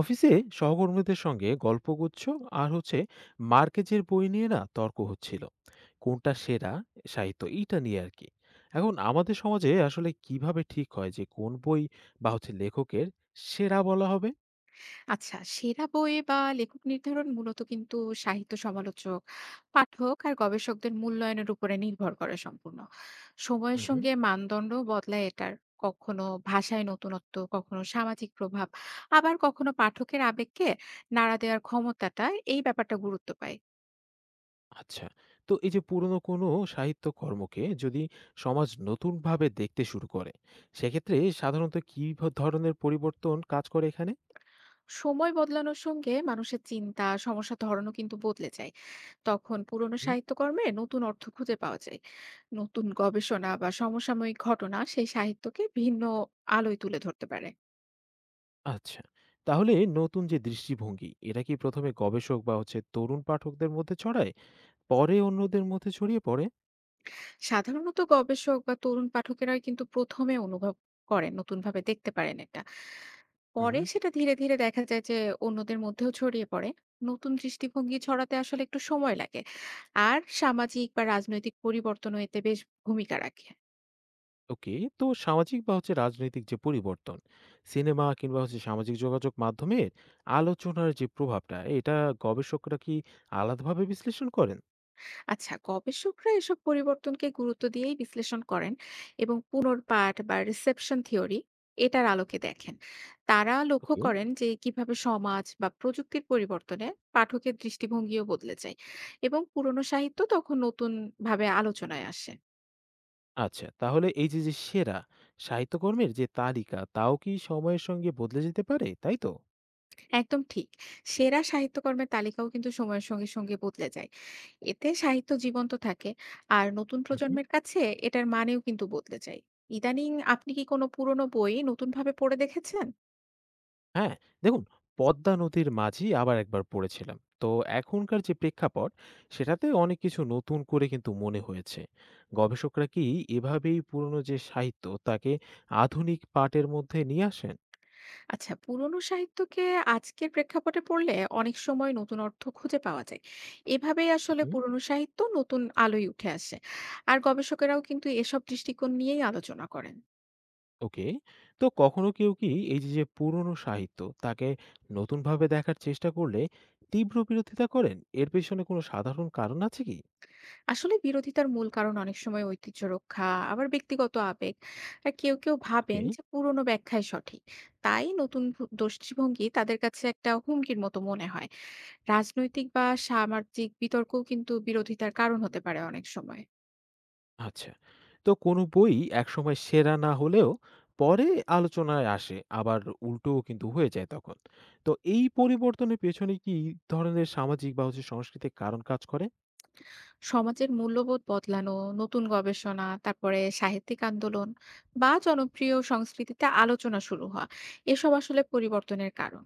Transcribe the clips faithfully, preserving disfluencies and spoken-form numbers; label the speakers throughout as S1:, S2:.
S1: অফিসে সহকর্মীদের সঙ্গে গল্পগুচ্ছ আর হচ্ছে মার্কেজের বই নিয়ে না তর্ক হচ্ছিল কোনটা সেরা সাহিত্য এইটা নিয়ে আর কি। এখন আমাদের সমাজে আসলে কিভাবে ঠিক হয় যে কোন বই বা হচ্ছে লেখকের সেরা বলা হবে?
S2: আচ্ছা, সেরা বই বা লেখক নির্ধারণ মূলত কিন্তু সাহিত্য সমালোচক, পাঠক আর গবেষকদের মূল্যায়নের উপরে নির্ভর করে সম্পূর্ণ। সময়ের
S1: হুম।
S2: সঙ্গে মানদণ্ড বদলায় এটার। কখনো ভাষায় নতুনত্ব, কখনো সামাজিক প্রভাব, আবার কখনো পাঠকের আবেগকে নাড়া দেওয়ার ক্ষমতাটা এই ব্যাপারটা গুরুত্ব পায়।
S1: আচ্ছা, তো এই যে পুরনো কোনো সাহিত্য কর্মকে যদি সমাজ নতুনভাবে দেখতে শুরু করে, সেক্ষেত্রে সাধারণত কী ধরনের পরিবর্তন কাজ করে এখানে?
S2: সময় বদলানোর সঙ্গে মানুষের চিন্তা, সমস্যার ধরনও কিন্তু বদলে যায়। তখন পুরনো সাহিত্যকর্মে নতুন অর্থ খুঁজে পাওয়া যায়। নতুন গবেষণা বা সমসাময়িক ঘটনা সেই সাহিত্যকে ভিন্ন আলোয় তুলে ধরতে পারে।
S1: আচ্ছা। তাহলে নতুন যে দৃষ্টিভঙ্গি, এটা কি প্রথম এ গবেষক বা হচ্ছে তরুণ পাঠকদের মধ্যে ছড়ায়? পরে অন্যদের মধ্যে ছড়িয়ে পড়ে?
S2: সাধারণত গবেষক বা তরুণ পাঠকেরাই কিন্তু প্রথমে অনুভব করেন, নতুনভাবে দেখতে পারেন এটা। পরে
S1: হুম।
S2: সেটা ধীরে ধীরে দেখা যায় যে অন্যদের মধ্যেও ছড়িয়ে পড়ে। নতুন দৃষ্টিভঙ্গি ছড়াতে আসলে একটু সময় লাগে, আর সামাজিক বা রাজনৈতিক পরিবর্তনও এতে বেশ ভূমিকা রাখে।
S1: ওকে। তো সামাজিক বা হচ্ছে রাজনৈতিক যে পরিবর্তন, সিনেমা কিংবা হচ্ছে সামাজিক যোগাযোগ মাধ্যমের আলোচনার যে প্রভাবটা, এটা গবেষকরা কি আলাদাভাবে বিশ্লেষণ করেন?
S2: আচ্ছা, গবেষকরা এসব পরিবর্তনকে গুরুত্ব দিয়েই বিশ্লেষণ করেন এবং পুনর্পাঠ বা রিসেপশন থিওরি এটার আলোকে দেখেন। তারা লক্ষ্য
S1: ওকে।
S2: করেন যে কিভাবে সমাজ বা প্রযুক্তির পরিবর্তনে পাঠকের দৃষ্টিভঙ্গিও বদলে যায় এবং পুরনো সাহিত্য তখন নতুন ভাবে আলোচনায় আসে।
S1: আচ্ছা। তাহলে এই যে, যে সেরা সাহিত্যকর্মের যে তালিকা, তাও কি সময়ের সঙ্গে বদলে যেতে পারে, তাই তো?
S2: একদম ঠিক। সেরা সাহিত্যকর্মের তালিকাও কিন্তু সময়ের সঙ্গে সঙ্গে বদলে যায়। এতে সাহিত্য জীবন্ত থাকে, আর নতুন
S1: উহু।
S2: প্রজন্মের কাছে এটার মানেও কিন্তু বদলে যায়। ইদানিং আপনি কি কোনো পুরনো বই নতুনভাবে পড়ে দেখেছেন?
S1: হ্যাঁ, দেখুন, পদ্মা নদীর মাঝি আবার একবার পড়েছিলাম। তো এখনকার যে প্রেক্ষাপট, সেটাতে অনেক কিছু নতুন করে কিন্তু মনে হয়েছে। গবেষকরা কি এভাবেই পুরনো যে সাহিত্য তাকে আধুনিক পাঠের মধ্যে নিয়ে আসেন?
S2: আচ্ছা, পুরনো সাহিত্যকে আজকের প্রেক্ষাপটে পড়লে অনেক সময় নতুন অর্থ খুঁজে পাওয়া যায়। এভাবেই আসলে
S1: উহু,
S2: পুরনো সাহিত্য নতুন আলোয় উঠে আসে, আর গবেষকেরাও কিন্তু এসব দৃষ্টিকোণ নিয়েই আলোচনা করেন।
S1: ওকে। তো কখনো কেউ কি এই যে, যে পুরনো সাহিত্য তাকে নতুনভাবে দেখার চেষ্টা করলে তীব্র বিরোধিতা করেন? এর পেছনে কোনো সাধারণ কারণ আছে কি?
S2: আসলে বিরোধিতার মূল কারণ অনেক সময় ঐতিহ্য রক্ষা, আবার ব্যক্তিগত আবেগ, আর কেউ কেউ
S1: ওকে।
S2: ভাবেন যে পুরনো ব্যাখ্যাই সঠিক। তাই নতুন ভু- দৃষ্টিভঙ্গি তাদের কাছে একটা হুমকির মতো মনে হয়। রাজনৈতিক বা সামাজিক বিতর্কও কিন্তু বিরোধিতার কারণ হতে পারে অনেক সময়।
S1: আচ্ছা। তো কোনো বই একসময় সেরা না হলেও পরে আলোচনায় আসে, আবার উল্টোও কিন্তু হয়ে যায় তখন। তো এই পরিবর্তনের পেছনে কি ধরনের সামাজিক বা হচ্ছে সাংস্কৃতিক কারণ কাজ করে?
S2: সমাজের মূল্যবোধ বদলানো, নতুন গবেষণা, তারপরে সাহিত্যিক আন্দোলন বা জনপ্রিয় সংস্কৃতিতে আলোচনা শুরু হওয়া, এসব আসলে পরিবর্তনের কারণ।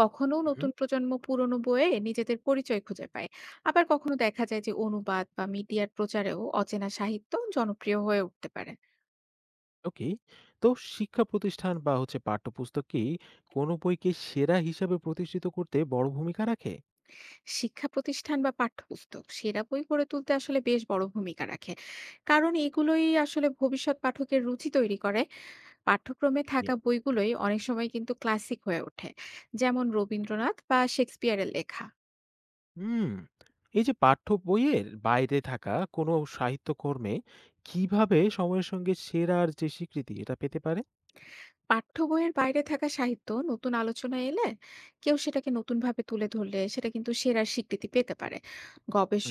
S2: কখনো
S1: হুম।
S2: নতুন প্রজন্ম পুরনো বইয়ে নিজেদের পরিচয় খুঁজে পায়, আবার কখনো দেখা যায় যে অনুবাদ বা মিডিয়ার প্রচারেও অচেনা সাহিত্য জনপ্রিয় হয়ে উঠতে পারে।
S1: ওকে। তো শিক্ষা প্রতিষ্ঠান বা হচ্ছে পাঠ্যপুস্তক কি কোনো বইকে সেরা হিসাবে প্রতিষ্ঠিত করতে বড় ভূমিকা রাখে?
S2: শিক্ষা প্রতিষ্ঠান বা পাঠ্যপুস্তক সেরা বই গড়ে তুলতে আসলে বেশ বড় ভূমিকা রাখে, কারণ এগুলোই আসলে ভবিষ্যৎ পাঠকের রুচি তৈরি করে। পাঠ্যক্রমে
S1: জি।
S2: থাকা বইগুলোই অনেক সময় কিন্তু ক্লাসিক হয়ে ওঠে, যেমন রবীন্দ্রনাথ বা শেক্সপিয়ারের লেখা।
S1: হুম। এই যে পাঠ্য বইয়ের বাইরে থাকা কোনো সাহিত্যকর্মে কিভাবে সময়ের সঙ্গে সেরার যে স্বীকৃতি এটা পেতে পারে?
S2: পাঠ্য বইয়ের বাইরে থাকা সাহিত্য নতুন আলোচনায় এলে, কেউ সেটাকে নতুনভাবে তুলে ধরলে সেটা কিন্তু সেরার স্বীকৃতি পেতে পারে।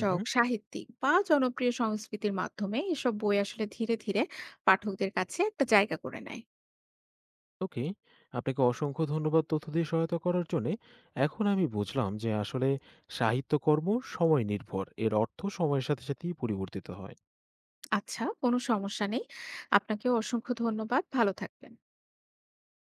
S1: উহু।
S2: সাহিত্যিক বা জনপ্রিয় সংস্কৃতির মাধ্যমে এসব বই আসলে ধীরে ধীরে পাঠকদের কাছে একটা জায়গা করে নেয়।
S1: ওকে, আপনাকে অসংখ্য ধন্যবাদ তথ্য দিয়ে সহায়তা করার জন্যে। এখন আমি বুঝলাম যে আসলে সাহিত্যকর্ম সময় নির্ভর। এর অর্থ সময়ের সাথে সাথেই পরিবর্তিত হয়।
S2: আচ্ছা, কোনো সমস্যা নেই। আপনাকেও অসংখ্য ধন্যবাদ, ভালো থাকবেন।